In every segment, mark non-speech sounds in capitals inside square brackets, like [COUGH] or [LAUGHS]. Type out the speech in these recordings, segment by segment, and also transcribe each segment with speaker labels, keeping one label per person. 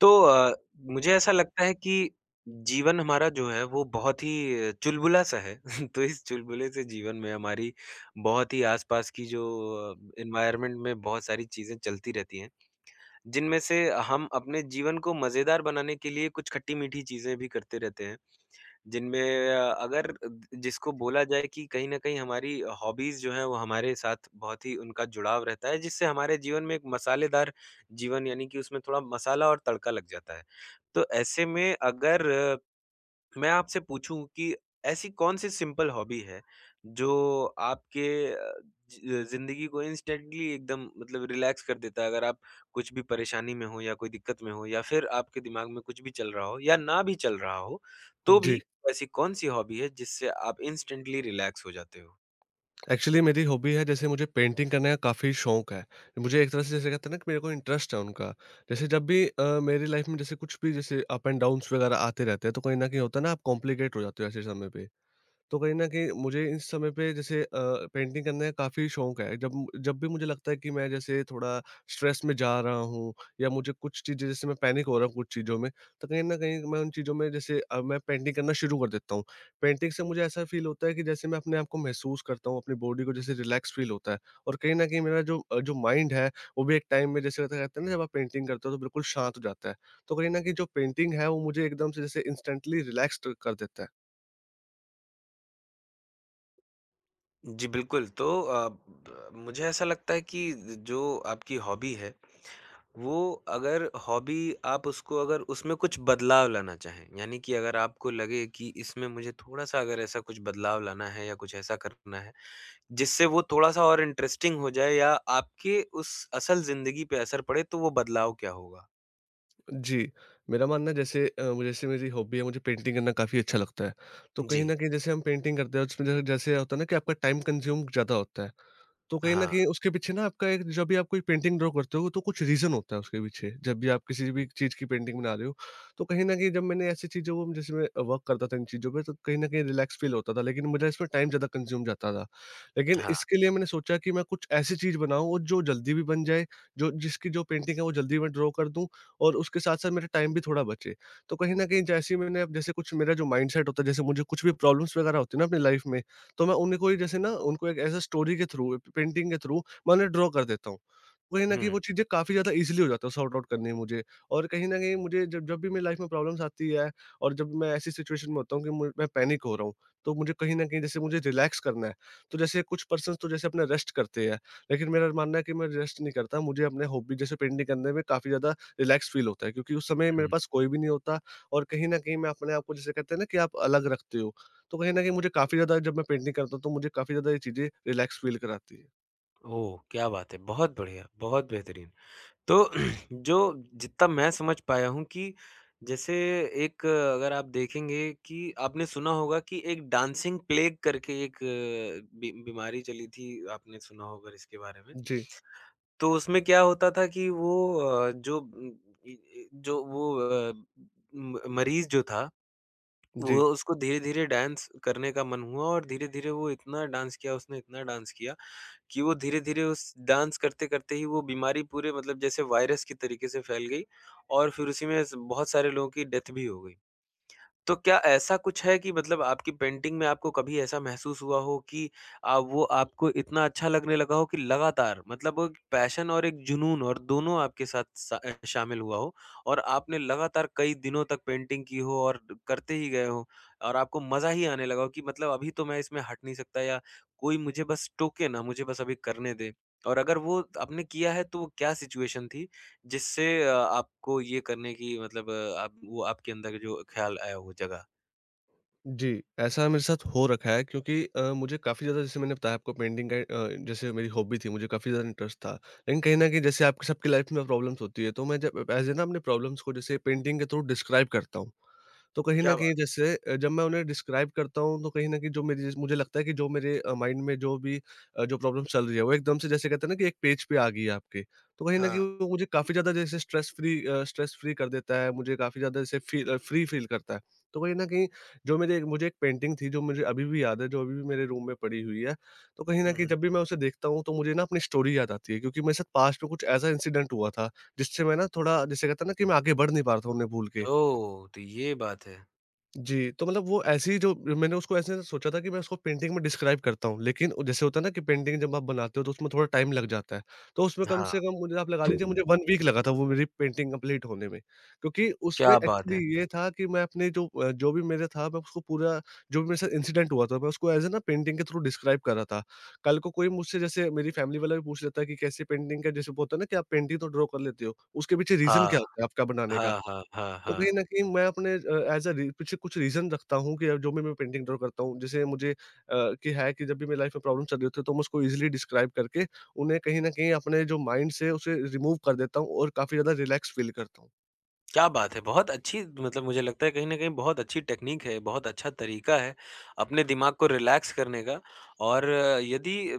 Speaker 1: तो अ, मुझे ऐसा लगता है कि जीवन हमारा जो है वो बहुत ही चुलबुला-सा है। [LAUGHS] तो इस चुलबुले से जीवन में हमारी बहुत ही आस-पास की जो एनवायरनमेंट में बहुत सारी चीज़ें चलती रहती हैं, जिनमें से हम अपने जीवन को मज़ेदार बनाने के लिए कुछ खट्टी-मीठी चीज़ें भी करते रहते हैं। जिनमें अ, अगर जिसको बोला जाए कि कहीं न कहीं हमारी हॉबीज़ जो हैं वो हमारे साथ बहुत ही उनका जुड़ाव रहता है जिससे हमारे जीवन में एक मसालेदार जीवन यानी कि उसमें थोड़ा मसाला और तड़का लग जाता है। तो ऐसे में अगर मैं आपसे पूछूं कि ऐसी कौन सी सिंपल हॉबी है जो आपके अ, जिंदगी को इंस्टेंटली एकदम मतलब रिलैक्स कर देता है अगर आप कुछ भी परेशानी में हो या कोई दिक्कत में हो या फिर आपके दिमाग में कुछ भी चल रहा हो या ना भी चल रहा हो तो
Speaker 2: जी,
Speaker 1: भी ऐसी कौन सी हॉबी है जिससे आप इंस्टेंटली रिलैक्स हो जाते हो।
Speaker 2: एक्चुअली मेरी हॉबी है जैसे मुझे पेंटिंग करने का काफ़ी शौक है। मुझे एक तरह से जैसे कहते हैं ना कि मेरे को इंटरेस्ट है उनका। जैसे जब भी मेरी लाइफ़ में जैसे कुछ भी जैसे अप एंड डाउन्स वगैरह आते रहते हैं, तो कहीं न कहीं होता है ना आप कॉम्प्लिकेट हो जाते हो ऐसे समय पे। तो कहीं न कहीं मुझे इस समय पे जैसे पेंटिंग करने का काफ़ी शौक है। जब जब भी मुझे लगता है कि मैं जैसे थोड़ा स्ट्रेस में जा रहा हूँ या मुझे कुछ चीज़ें जैसे मैं पैनिक हो रहा हूँ कुछ चीज़ों में, तो कहीं न कहीं मैं उन चीज़ों में जैसे मैं पेंटिंग करना शुरू कर देता हूँ। पेंटिंग से मुझे ऐसा फ़ील होता है कि जैसे मैं अपने आप को महसूस करता हूँ, अपनी बॉडी को जैसे रिलैक्स फ़ील होता है और कहीं न कहीं मेरा जो माइंड है, वो भी एक टाइम में जैसे कहते कहते हैं ना जब आप पेंटिंग करते हो तो बिल्कुल शांत हो जाता है। तो कहीं न कहीं जो पेंटिंग है वो मुझे एकदम से जैसे इंस्टेंटली रिलैक्स्ड कर देता है।
Speaker 1: जी बिल्कुल। मुझे ऐसा लगता है कि जो आपकी हॉबी है वो अगर हॉबी आप उसको अगर उसमें कुछ बदलाव लाना चाहें, यानी कि अगर आपको लगे कि इसमें मुझे थोड़ा-सा अगर ऐसा कुछ बदलाव लाना है या कुछ ऐसा करना है, जिससे वो थोड़ा-सा और इंटरेस्टिंग हो जाए या आपके उस असल ज़िंदगी पे असर पड़े, तो वो बदलाव क्या होगा?
Speaker 2: जी, मेरा मानना है जैसे जैसे मेरी हॉबी है मुझे पेंटिंग करना काफ़ी अच्छा लगता है। तो कहीं
Speaker 1: जी।
Speaker 2: न कहीं जैसे हम पेंटिंग करते हैं उसमें जैसे जैसे होता है ना कि आपका टाइम कंज्यूम ज़्यादा होता है। तो कहीं न
Speaker 1: हाँ,
Speaker 2: कहीं उसके पीछे ना आपका एक जब भी आप कोई पेंटिंग ड्रा करते हो तो कुछ रीज़न होता है उसके पीछे। जब भी आप किसी
Speaker 1: हुँ,
Speaker 2: भी चीज़ की पेंटिंग बना रहे हो, तो कहीं न कहीं जब मैंने ऐसी चीज़ों को जैसे मैं वर्क करता था इन चीज़ों पे, तो कहीं न कहीं रिलैक्स फ़ील होता था, लेकिन मुझे इसमें टाइम ज़्यादा कंज़्यूम जाता था। लेकिन
Speaker 1: हाँ,
Speaker 2: इसके लिए मैंने सोचा कि मैं कुछ ऐसी चीज़ बनाऊँ और जो जल्दी भी बन जाए, जो पेंटिंग है वो जल्दी मैं ड्रा कर दूँ और उसके साथ-साथ मेरा टाइम भी थोड़ा बचे। तो कहीं न कहीं जैसे ही मैंने अब जैसे कुछ मेरा जो माइंडसेट होता है, जैसे मुझे कुछ भी प्रॉब्लम्स वग़ैरह होती है ना अपनी लाइफ़ में, तो मैं उन्हें कोई जैसे ना उनको एक ऐसा स्टोरी के थ्रू पेंटिंग के थ्रू मैं उन्हें ड्रॉ कर देता हूँ। कहीं न कहीं
Speaker 1: हुँ,
Speaker 2: वो चीज़ें काफ़ी ज़्यादा ईज़िली हो जाता है सॉर्ट आउट करनी मुझे और कहीं न कहीं मुझे जब जब भी मेरी लाइफ़ में प्रॉब्लम्स आती है और जब मैं ऐसी सिचुएशन में होता हूँ कि मु मैं पैनिक हो रहा हूँ, तो मुझे कहीं न कहीं जैसे मुझे रिलैक्स करना है, तो जैसे कुछ पर्सन्स तो जैसे अपना रेस्ट करते हैं, लेकिन मेरा मानना है कि मैं रेस्ट नहीं करता। मुझे अपने हॉबी जैसे पेंटिंग करने में काफ़ी ज़्यादा रिलैक्स फ़ील होता है क्योंकि उस समय
Speaker 1: हुँ।
Speaker 2: मेरे पास कोई भी नहीं होता और कहीं न कहीं मैं अपने आप को जिसे कहते हैं ना कि आप अलग रखते हो। तो कहीं न कहीं मुझे काफ़ी ज़्यादा जब मैं पेंटिंग करता हूँ तो मुझे काफ़ी ज़्यादा ये चीज़ें रिलैक्स फ़ील कराती है।
Speaker 1: ओह! क्या बात है। बहुत बढ़िया, बहुत बेहतरीन। तो [CLEARS THROAT] जो जितना मैं समझ पाया हूँ कि जैसे एक, अगर आप देखेंगे कि आपने सुना होगा कि एक डांसिंग प्लेग करके एक अ, बी बीमारी चली थी, आपने सुना होगा इसके बारे में।
Speaker 2: जी,
Speaker 1: तो उसमें क्या होता था कि वो अ, जो उम, इ इ जो वो अ, म मरीज़ जो था, वो
Speaker 2: जी,
Speaker 1: उसको धीरे-धीरे डांस करने का मन हुआ और धीरे-धीरे वो इतना डांस किया, उसने इतना डांस किया कि वो धीरे-धीरे उस डांस करते-करते ही वो बीमारी पूरे मतलब जैसे वायरस के तरीके से फैल गई और फिर उसी में स बहुत सारे लोगों की डेथ भी हो गई। तो क्या ऐसा कुछ है कि मतलब आपकी पेंटिंग में आपको कभी ऐसा महसूस हुआ हो कि वो आपको इतना अच्छा लगने लगा हो कि लगातार मतलब वो पैशन और एक जुनून और दोनों आपके साथ शामिल हुआ हो और आपने लगातार कई दिनों तक पेंटिंग की हो और करते ही गए हो और आपको मजा ही आने लगा हो कि मतलब अभी तो मैं इसमें हट नहीं सकता या कोई मुझे बस टोके ना मुझे बस अभी करने दे और अगर वो आपने किया है तो वो क्या सिचुएशन थी जिससे आपको ये करने की मतलब अ, आप वो आपके अंदर जो ख़्याल आया वो जगा।
Speaker 2: जी। ऐसा मेरे साथ हो रखा है क्योंकि मुझे काफ़ी ज़्यादा जैसे मैंने बताया आपको पेंटिंग का जैसे मेरी हॉबी थी, मुझे काफ़ी ज़्यादा इंटरेस्ट था। लेकिन कहीं न कहीं जैसे आपकी सबकी लाइफ़ में प्रॉब्लम्स होती है, तो मैं जब ऐज़ ए ना अपनी प्रॉब्लम्स को जैसे पेंटिंग के थ्रू डिस्क्राइब करता हूँ। तो कहीं न
Speaker 1: क्या
Speaker 2: कहीं
Speaker 1: बात
Speaker 2: जैसे जब मैं उन्हें डिस्क्राइब करता हूँ तो कहीं न कहीं जो मेरी जैसे मुझे लगता है कि जो मेरे माइंड में जो भी जो प्रॉब्लम चल रही है वो एकदम से जैसे कहते हैं ना कि एक पेज पे आ गई है आपके। तो कहीं
Speaker 1: है!
Speaker 2: न
Speaker 1: हाँ।
Speaker 2: कहीं वो मुझे काफ़ी ज़्यादा जैसे स्ट्रेस फ्री कर देता है, मुझे काफ़ी ज़्यादा जैसे फ्री फ़ील करता है। तो कहीं न कहीं मुझे एक पेंटिंग थी जो मुझे अभी भी याद है, जो अभी भी मेरे रूम में पड़ी हुई है। तो कहीं न
Speaker 1: हुँ,
Speaker 2: कहीं
Speaker 1: हुँ।
Speaker 2: जब भी मैं उसे देखता हूँ तो मुझे ना अपनी स्टोरी याद आती है क्योंकि मेरे साथ पास्ट में कुछ ऐसा इंसिडेंट हुआ था जिससे मैं ना थोड़ा जिसे कहते हैं ना कि मैं आगे बढ़ नहीं पा रहा था उन्हें भूल के।
Speaker 1: ओह! तो ये बात है।
Speaker 2: जी, तो मतलब वो ऐसी जो मैंने उसको ऐसे सोचा था कि मैं उसको पेंटिंग में डिस्क्राइब करता हूँ, लेकिन वो जैसे होता है ना कि पेंटिंग जब आप बनाते हो तो उसमें थोड़ा टाइम लग जाता है। तो उसमें कम
Speaker 1: हाँ।
Speaker 2: से कम मुझे आप लगा लीजिए मुझे 1 वीक लगा था वो मेरी पेंटिंग कंप्लीट होने में। क्योंकि उसमें
Speaker 1: क्या बात
Speaker 2: एक्चुअली
Speaker 1: है!
Speaker 2: ये था कि मैं अपने जो भी मेरा था मैं उसको पूरा जो भी मेरे साथ इंसिडेंट हुआ था मैं उसको ऐज़ अ ना पेंटिंग के थ्रू डिस्क्राइब कर रहा था। कल को कोई मुझसे जैसे मेरी फैमिली वाला भी पूछ लेता है कि कैसी पेंटिंग का जैसे वो होता है ना कि आप पेंटिंग तो ड्रा कर लेते हो, उसके पीछे रीज़न
Speaker 1: हाँ,
Speaker 2: क्या होता है आपका बनाने का?
Speaker 1: हाँ, हाँ, हाँ,
Speaker 2: तो कहीं
Speaker 1: हाँ।
Speaker 2: न कहीं मैं अपने अ, एज़ अ री पीछे कुछ रीज़न रखता हूँ कि जो भी मैं पेंटिंग ड्रा करता हूँ। जैसे मुझे कि है कि जब भी मेरी लाइफ़ में प्रॉब्लम चल रही होती है, तो मैं उसको ईज़िली डिस्क्राइब करके उन्हें कहीं न कहीं अपने जो माइंड से उसे रिमूव कर देता हूँ और काफ़ी ज़्यादा रिलैक्स फ़ील करता हूँ।
Speaker 1: क्या बात है! बहुत अच्छी मतलब मुझे लगता है कहीं न कहीं बहुत अच्छी टेक्नीक है, बहुत अच्छा तरीका है, अपने दिमाग को रिलैक्स करने का और, अ, यदि ब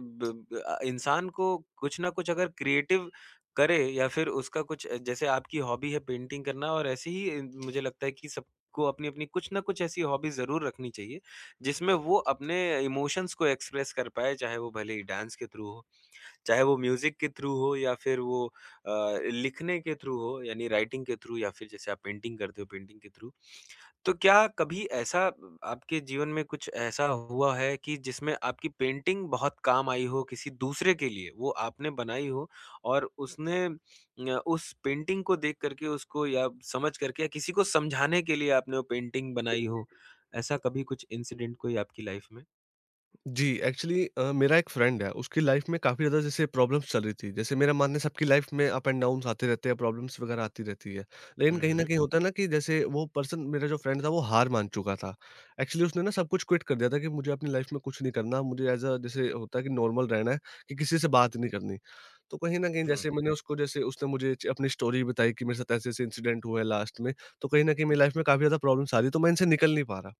Speaker 1: ब अ, इंसान को कुछ ना कुछ अगर क्रिएटिव करे या फिर उसका कुछ, जैसे आपकी हॉबी है पेंटिंग करना और ऐसे ही, मुझे लगता है कि सबको अपनी-अपनी कुछ ना कुछ ऐसी हॉबी ज़रूर रखनी चाहिए, जिसमें वो अपने इमोशंस को एक्सप्रेस कर पाए, चाहे वो भले ही डांस के थ्रू हो, चाहे वो म्यूज़िक के थ्रू हो या फिर लिखने के थ्रू हो यानी राइटिंग के थ्रू या फिर जैसे आप पेंटिंग करते हो पेंटिंग के थ्रू। तो क्या कभी ऐसा आपके जीवन में कुछ ऐसा हुआ है कि जिसमें आपकी पेंटिंग बहुत काम आई हो किसी दूसरे के लिए? वो आपने बनाई हो और उस पेंटिंग को देख करके उसको या समझ करके या किसी को समझाने के लिए आपने वो पेंटिंग बनाई हो? ऐसा कभी कुछ इंसिडेंट कोई आपकी लाइफ़ में?
Speaker 2: जी, एक्चुअली मेरा एक फ्रेंड है, उसकी लाइफ में काफ़ी ज़्यादा जैसे प्रॉब्लम्स चल रही थी। जैसे मेरा मानना है सबकी लाइफ में अप एंड डाउन्स आते रहते हैं, प्रॉब्लम्स वगैरह आती रहती है। लेकिन
Speaker 1: हुँ,
Speaker 2: कहीं न
Speaker 1: हुँ।
Speaker 2: कहीं होता है ना कि जैसे वो पर्सन मेरा जो फ्रेंड था वो हार मान चुका था। एक्चुअली उसने ना सब कुछ क्विट कर दिया था कि मुझे अपनी लाइफ में कुछ नहीं करना, मुझे एज़ अ जैसे होता है कि नॉर्मल रहना है कि किसी से बात नहीं करनी। तो कहीं न कहीं
Speaker 1: हुँ।
Speaker 2: जैसे मैंने उसको जैसे उसने मुझे च अपनी स्टोरी बताई कि मेरे साथ ऐसे-ऐसे इंसिडेंट हुए लास्ट में, तो कहीं न कहीं मेरी लाइफ में काफ़ी ज़्यादा प्रॉब्लम्स आ रही है, तो मैं इनसे निकल नहीं पा रहा।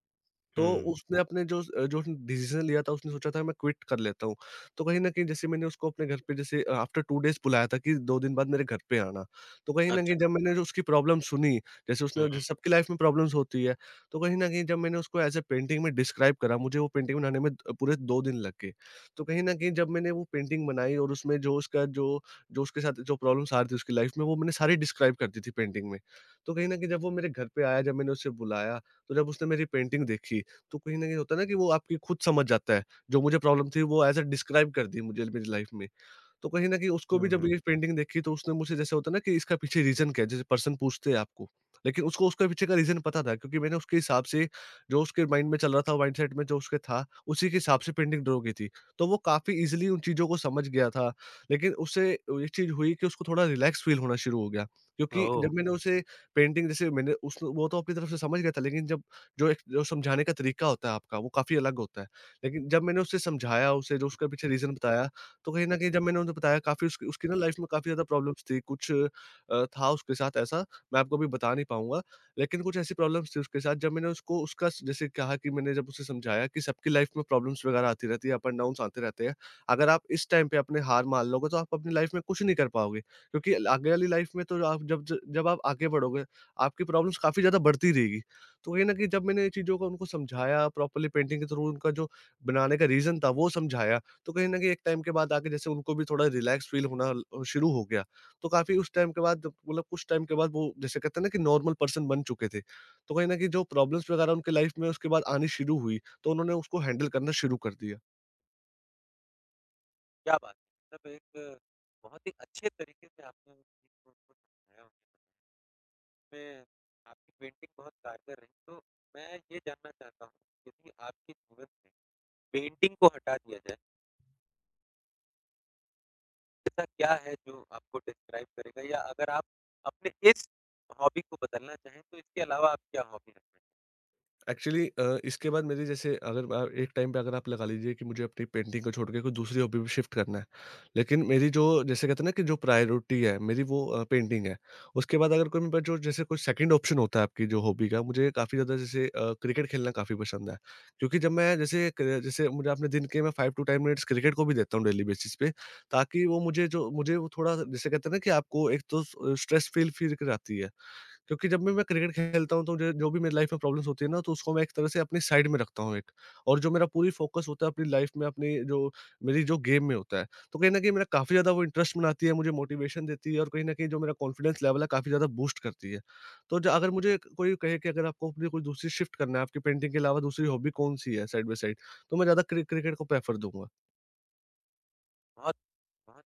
Speaker 2: तो
Speaker 1: हुँ।
Speaker 2: उसने अपने जो उसने डिसीज़न लिया था उसने सोचा था मैं क्विट कर लेता हूँ। तो कहीं न कहीं जैसे मैंने उसको अपने घर पे जैसे आफ्टर 2 डेज़ बुलाया था कि 2 दिन बाद मेरे घर पे आना। तो कहीं न कहीं
Speaker 1: अच्छा।
Speaker 2: जब मैंने जो उसकी प्रॉब्लम सुनी, जैसे
Speaker 1: हुँ,
Speaker 2: उसने
Speaker 1: हुँ।
Speaker 2: जैसे सबकी लाइफ़ में प्रॉब्लम्स होती है, तो कहीं न कहीं जब मैंने उसको एज़ अ पेंटिंग में डिस्क्राइब करा, मुझे वो पेंटिंग बनाने में पूरे 2 दिन लग गए। तो कहीं न कहीं जब मैंने वो पेंटिंग बनाई और उसमें जो उसके साथ जो प्रॉब्लम्स आ रही थी उसकी लाइफ़ में वो मैंने सारी डिस्क्राइब कर दी थी पेंटिंग में। तो कहीं न कहीं जब वो मेरे घर पे आया, जब मैंने उसे बुलाया, तो जब उसने मेरी पेंटिंग देखी तो कहीं न कहीं होता है ना कि वो आपकी खुद समझ जाता है, जो मुझे प्रॉब्लम थी वो ऐज़ अ डिस्क्राइब कर दी मुझे मेरी लाइफ़ में। तो कहीं न कहीं उसको भी
Speaker 1: हुँ,
Speaker 2: जब
Speaker 1: हुँ।
Speaker 2: ये पेंटिंग देखी तो उसने मुझे जैसे होता है ना कि इसका पीछे रीज़न क्या है? जैसे पर्सन पूछते हैं आपको, लेकिन उसको उसके पीछे का रीज़न पता था क्योंकि मैंने उसके हिसाब से जो उसके माइंड में चल रहा था, माइंडसेट में जो उसके था, उसी के हिसाब से पेंटिंग ड्रा की थी। तो वो काफ़ी ईज़िली उन चीज़ों को समझ गया था। लेकिन उससे ये चीज़ हुई कि उसको थोड़ा रिलैक्स फ़ील होना शुरू हो गया क्योंकि
Speaker 1: ओह!
Speaker 2: जब मैंने उसे पेंटिंग जैसे मैंने उस वो तो अपनी तरफ से समझ गया था, लेकिन जब जो एक जो समझाने का तरीका होता है आपका, वो काफ़ी अलग होता है। लेकिन जब मैंने उसे समझाया, उसे जो उसका पीछे रीज़न बताया तो कहीं न कहीं जब मैंने उन्हें बताया काफ़ी उसकी उसकी ना लाइफ़ में काफ़ी ज़्यादा प्रॉब्लम्स थी, कुछ था उसके साथ ऐसा, मैं आपको अभी बता नहीं पाऊँगा। लेकिन कुछ ऐसी प्रॉब्लम्स थी उसके साथ जब मैंने उसको उसका स जैसे कहा कि मैंने जब उसे समझाया कि सबकी लाइफ़ में प्रॉब्लम्स वगैरह आती रहती है, अप एंड डाउन्स आते रहते हैं। अगर आप इस टाइम पे अपने हार मान लोगे तो आप अपनी लाइफ़ में कुछ नहीं कर पाओगे। क्योंकि ल आगे वाली लाइफ़ में तो आप जब आप आगे बढ़ोगे, आपकी प्रॉब्लम्स काफ़ी ज़्यादा बढ़ती रहेगी। तो कहीं न कहीं जब मैंने ये चीज़ों को उनको समझाया, प्रॉपर्ली पेंटिंग के थ्रू उनका जो बनाने का रीज़न था वो समझाया, तो कहीं न कहीं एक टाइम के बाद आके जैसे उनको भी थोड़ा रिलैक्स फ़ील होना शुरू हो गया। तो काफ़ी उस टाइम के बाद मतलब कुछ टाइम के बाद वो जैसे कहते हैं ना कि नॉर्मल पर्सन बन चुके थे। तो कहीं न कहीं जो प्रॉब्लम्स वगैरह उनके लाइफ़ में उसके बाद आनी शुरू हुई, तो उन्होंने उसको हैंडल करना शुरू कर दिया।
Speaker 1: क्या बात है! मतलब एक बहुत ही अच्छे तरीके से आपने उस चीज़ को उनको समझाया, उसमें आपकी पेंटिंग बहुत कारगर रही। तो मैं ये जानना चाहता हूँ, यदि आपके जीवन में पेंटिंग को हटा दिया जाए, ऐसा क्या है जो आपको डिस्क्राइब करेगा या अगर आप अपने इस हॉबी को बदलना चाहें, तो इसके अलावा आप क्या हॉबी रखना चाहें?
Speaker 2: एक्चुअली इसके बाद मेरी, जैसे अगर आप एक टाइम पे अगर आप लगा लीजिए कि मुझे अपनी पेंटिंग को छोड़ के कोई दूसरी हॉबी में शिफ्ट करना है। लेकिन मेरी जो, जैसे कहते हैं ना, कि जो प्रायोरिटी है मेरी, वो पेंटिंग है। उसके बाद अगर कोई मेरे पास जो, जैसे कोई सेकंड ऑप्शन होता है आपकी जो हॉबी का, मुझे काफ़ी ज़्यादा जैसे क्रिकेट खेलना काफ़ी पसंद है। क्योंकि जब मैं जैसे क जैसे मुझे, आपने दिन के मैं 5 टू 10 मिनट्स क्रिकेट को भी देता हूँ डेली बेसिस पे, ताकि वो मुझे जो मुझे वो थोड़ा, जैसे कहते हैं ना, कि आपको एक तो स स्ट्रेस फील फील कराती है। क्योंकि जब भी मैं क्रिकेट खेलता हूँ तो जो जो भी मेरी लाइफ में प्रॉब्लम्स होती है ना, तो उसको मैं एक तरह से अपनी साइड में रखता हूँ, एक और जो मेरा पूरी फ़ोकस होता है अपनी लाइफ में, अपनी जो मेरी जो गेम में होता है। तो कहीं न कहीं मेरा काफ़ी ज़्यादा वो इंटरेस्ट बनाती है, मुझे मोटिवेशन देती है, और कहीं न कहीं जो मेरा कॉन्फिडेंस लेवल है, काफ़ी ज़्यादा बूस्ट करती है। तो ज
Speaker 1: तो
Speaker 2: अगर मुझे कोई कहे कि अगर आपको अपनी कोई दूसरी शिफ्ट करना है, आपकी पेंटिंग के अलावा दूसरी हॉबी कौन-सी है साइड बाय साइड? तो मैं ज़्यादा क्रिकेट को प्रेफ़र दूँगा।
Speaker 1: बहुत बहुत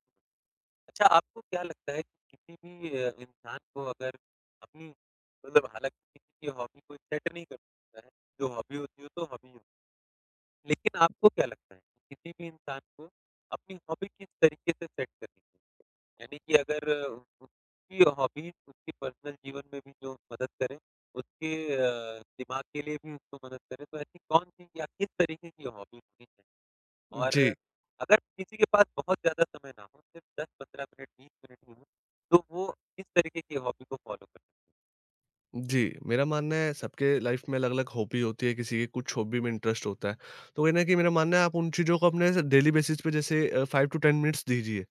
Speaker 1: अच्छा। आपको क्या लगता है कि किसी भी इंसान को अगर अपनी मतलब हालाँकि किसी की हॉबी कोई सेट नहीं कर सकता है, जो हॉबी होती है, तो हॉबी, लेकिन आपको क्या लगता है कि किसी भी इंसान को अपनी हॉबी किस तरीके से सेट करनी चाहिए? यानी कि अगर उसकी हॉबी उसके पर्सनल जीवन में भी जो मदद करे, उसके दिमाग के लिए भी उसको मदद करे, तो ऐसी कौन-सी या किस तरीके की हॉबी होनी चाहिए? और
Speaker 2: जी।
Speaker 1: अगर किसी के पास बहुत ज़्यादा समय ना हो, सिर्फ 10-15 मिनट, 20 मिनट ही हो, तो वो किस तरीके की हॉबी को फ़ॉलो कर सकते हैं?
Speaker 2: जी, मेरा मानना है सबके लाइफ में अलग-अलग हॉबी होती है, किसी की कुछ हॉबी में इंटरेस्ट होता है। तो वही ना, कि मेरा मानना है आप उन चीज़ों को अपने डेली बेसिस पे जैसे 5 टू 10 मिनट्स दीजिए।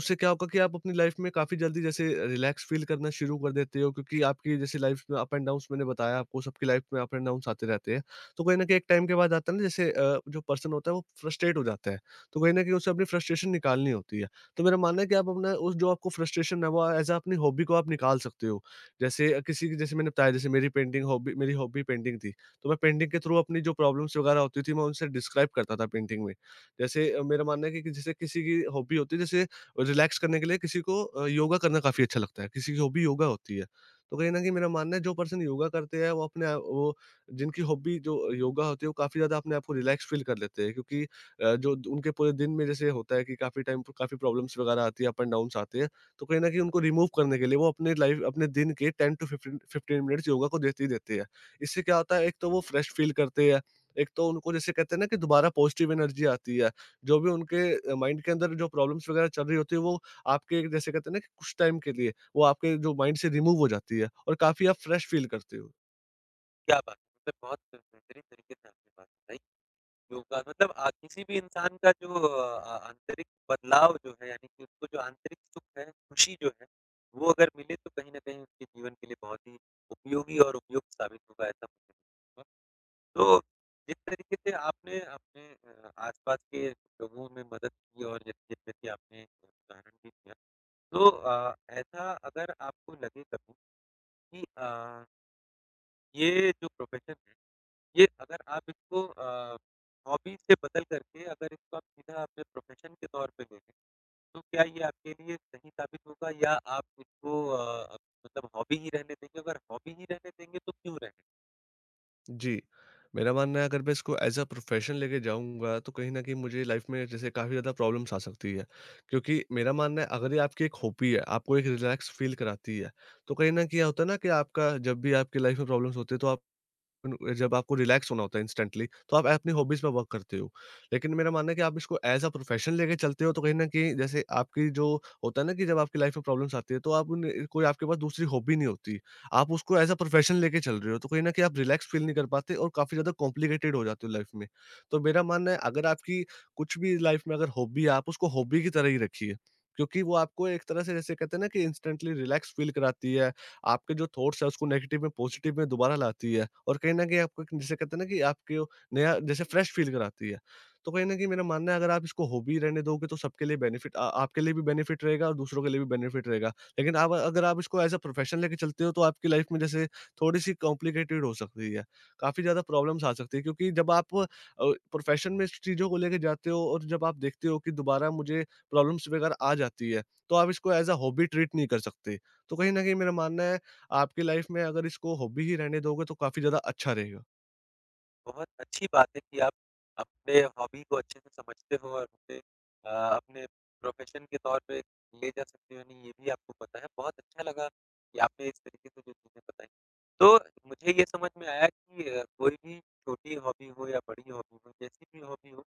Speaker 2: उससे क्या होगा कि आप अपनी लाइफ में काफ़ी जल्दी जैसे रिलैक्स फ़ील करना शुरू कर देते हो, क्योंकि आपकी जैसे लाइफ में अप एंड डाउन्स, मैंने बताया आपको, सबकी लाइफ में अप एंड डाउन्स आते रहते हैं। तो कहीं न कहीं एक टाइम के बाद आता है ना, जैसे जो पर्सन होता है वो फ्रस्ट्रेट हो जाता है। तो कहीं न कहीं उसे अपनी फ्रस्ट्रेशन निकालनी होती है। तो मेरा मानना है कि आप अपना, उस जो आपको फ्रस्ट्रेशन है, वो एज़ अ अपनी हॉबी को आप निकाल सकते हो। जैसे किसी की, जैसे मैंने बताया जैसे, मेरी हॉबी पेंटिंग थी, तो मैं पेंटिंग के थ्रू अपनी जो प्रॉब्लम्स वगैरह होती थी मैं उनसे डिस्क्राइब करता था पेंटिंग में। जैसे मेरा मानना है कि जैसे किसी की हॉबी होती है, जैसे रिलैक्स करने के लिए किसी को योगा करना काफ़ी अच्छा लगता है, किसी की हॉबी योगा होती है। तो कहीं न कहीं मेरा मानना है, जो पर्सन योगा करते हैं वो अपने आप वो, जिनकी हॉबी जो योगा होती है, वो काफ़ी ज़्यादा अपने आप को रिलैक्स फ़ील कर लेते हैं, क्योंकि जो उनके पूरे दिन में जैसे होता है कि काफ़ी टाइम काफ़ी प्रॉब्लम्स वगैरह आती है, अप एंड डाउन्स आते हैं। तो कहीं न कहीं उनको रिमूव करने के लिए वो अपने दिन के 10 टू 15 मिनट्स योगा को देते ही देते हैं। इससे क्या होता है, एक तो वो फ्रेश फ़ील करते हैं, एक तो उनको जैसे कहते हैं ना, कि दोबारा पॉज़िटिव एनर्जी आती है। जो भी उनके माइंड के अंदर जो प्रॉब्लम्स वगैरह चल रही होती है, वो आपके जैसे कहते हैं ना, कि कुछ टाइम के लिए वो आपके जो माइंड से रिमूव हो जाती है और काफ़ी आप फ्रेश फ़ील करते हो।
Speaker 1: क्या बात है! मतलब बहुत बेहतरीन तरीके से आपने बात बताई। योगदान मतलब, किसी भी इंसान का जो आंतरिक बदलाव जो है यानी कि उसको जो आंतरिक सुख है, खुशी जो है, वो अगर मिले तो कहीं न कहीं उसके जीवन के लिए बहुत ही उपयोगी और उपयुक्त साबित होगा ऐसा मुझे लगता है। तो जिस तरीके से आपने अपने आस-पास के लोगों में मदद की और जैसे जैसे कि आपने उदाहरण भी दिया, ऐसा अगर आपको लगे कभी कि, ये जो प्रोफ़ेशन है ये अगर आप हॉबी से बदल करके अगर इसको आप सीधा अपने प्रोफ़ेशन के तौर पे ले लें, तो क्या ये आपके लिए सही साबित होगा या आप मतलब हॉबी ही रहने देंगे? अगर हॉबी ही रहने देंगे तो क्यों रहने।
Speaker 2: जी। मेरा मानना है, अगर मैं इसको एज़ अ प्रोफ़ेशन लेके जाऊँगा, तो कहीं न कहीं मुझे लाइफ़ में जैसे काफ़ी ज़्यादा प्रॉब्लम्स आ सकती है। क्योंकि मेरा मानना है, अगर ये आपकी एक हॉबी है, आपको एक रिलैक्स फ़ील कराती है, तो कहीं न कहीं क्या होता है ना, कि आपका जब भी आपकी लाइफ़ में प्रॉब्लम्स होती है, तो आप उन जब आपको रिलैक्स होना होता है इंस्टेंटली, तो आप अपनी हॉबीज़ पे वर्क करते हो। लेकिन मेरा मानना है कि आप इसको ऐज़ अ प्रोफेशन लेके चलते हो, तो कहीं न कहीं जैसे आपकी जो होता है ना, कि जब आपकी लाइफ़ में प्रॉब्लम्स आती है तो आप उन कोई आपके पास दूसरी हॉबी नहीं होती। आप उसको ऐज़ अ प्रोफेशन लेके चल रहे हो, तो कहीं न कहीं आप रिलैक्स फ़ील नहीं कर पाते और काफ़ी ज़्यादा कॉम्प्लिकेटेड हो जाते हो लाइफ़ में। तो मेरा मानना है, अगर आपकी कुछ भी लाइफ़ में अगर हॉबी है, आप उसको हॉबी की तरह ही रखिए। क्योंकि वो आपको एक तरह से जैसे कहते हैं ना, कि इंस्टेंटली रिलैक्स फ़ील कराती है। आपके जो थॉट्स है, उसको नेगेटिव में पॉजिटिव में दोबारा लाती है, और कहीं न कहीं आपको एक, जिसे कहते हैं ना, कि आपके वो नया जैसे फ्रेश फ़ील कराती है। तो कहीं न कहीं मेरा मानना है, अगर आप इसको हॉबी रहने दोगे, तो सबके लिए बेनिफिट, आपके लिए भी बेनिफिट रहेगा और दूसरों के लिए भी बेनिफिट रहेगा। लेकिन आप, अगर आप इसको एज़ अ प्रोफ़ेशन लेके चलते हो, तो आपकी लाइफ़ में जैसे थोड़ी-सी कॉम्प्लिकेटेड हो सकती है। काफ़ी ज़्यादा प्रॉब्लम्स आ सकती है, क्योंकि जब आप प्रोफ़ेशन में इस चीज़ों को लेके जाते हो, और जब आप देखते हो कि दोबारा मुझे प्रॉब्लम्स वगैरह आ जाती है, तो आप इसको एज़ अ हॉबी ट्रीट नहीं कर सकते। तो कहीं न कहीं मेरा मानना है, आपकी लाइफ़ में अगर इसको हॉबी ही रहने दोगे, तो काफ़ी ज़्यादा अच्छा रहेगा।
Speaker 1: बहुत अच्छी बात है कि आप अपने हॉबी को अच्छे से समझते हो और उसे, अपने प्रोफ़ेशन के तौर पे ले जा सकते हो यानी ये भी आपको पता है। बहुत अच्छा लगा कि आपने इस तरीके से जो चीज़ें बताई। तो मुझे ये समझ में आया कि कोई भी छोटी हॉबी हो या बड़ी हॉबी हो, जैसी भी हॉबी हो,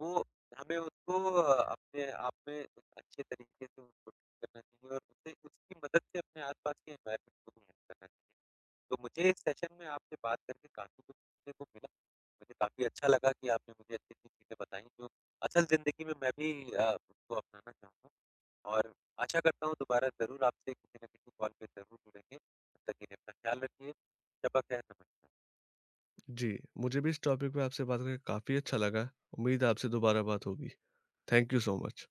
Speaker 1: वो हमें अपने आप में एक अच्छे तरीके से उसको ठीक करना चाहिए और उससे उसकी मदद से अपने आस-पास के एनवायरनमेंट को भी हेल्प करना चाहिए। तो मुझे इस सेशन में आपसे बात करके काफ़ी कुछ सीखने को मिला। मुझे काफ़ी अच्छा लगा कि आपने मुझे अच्छी-अच्छी चीज़ें बताई जो असल ज़िंदगी में मैं भी उसको अपनाना चाहूँगा और आशा करता हूँ दोबारा ज़रूर आपसे किसी न किसी कॉल पे ज़रूर जुड़ेंगे। तब तक के लिए अपना ख्याल रखिए। शब्बा खैर, नमस्ते।
Speaker 2: जी, मुझे भी इस टॉपिक पे आपसे बात करके काफ़ी अच्छा लगा। उम्मीद है आपसे दोबारा बात होगी। Thank you so much.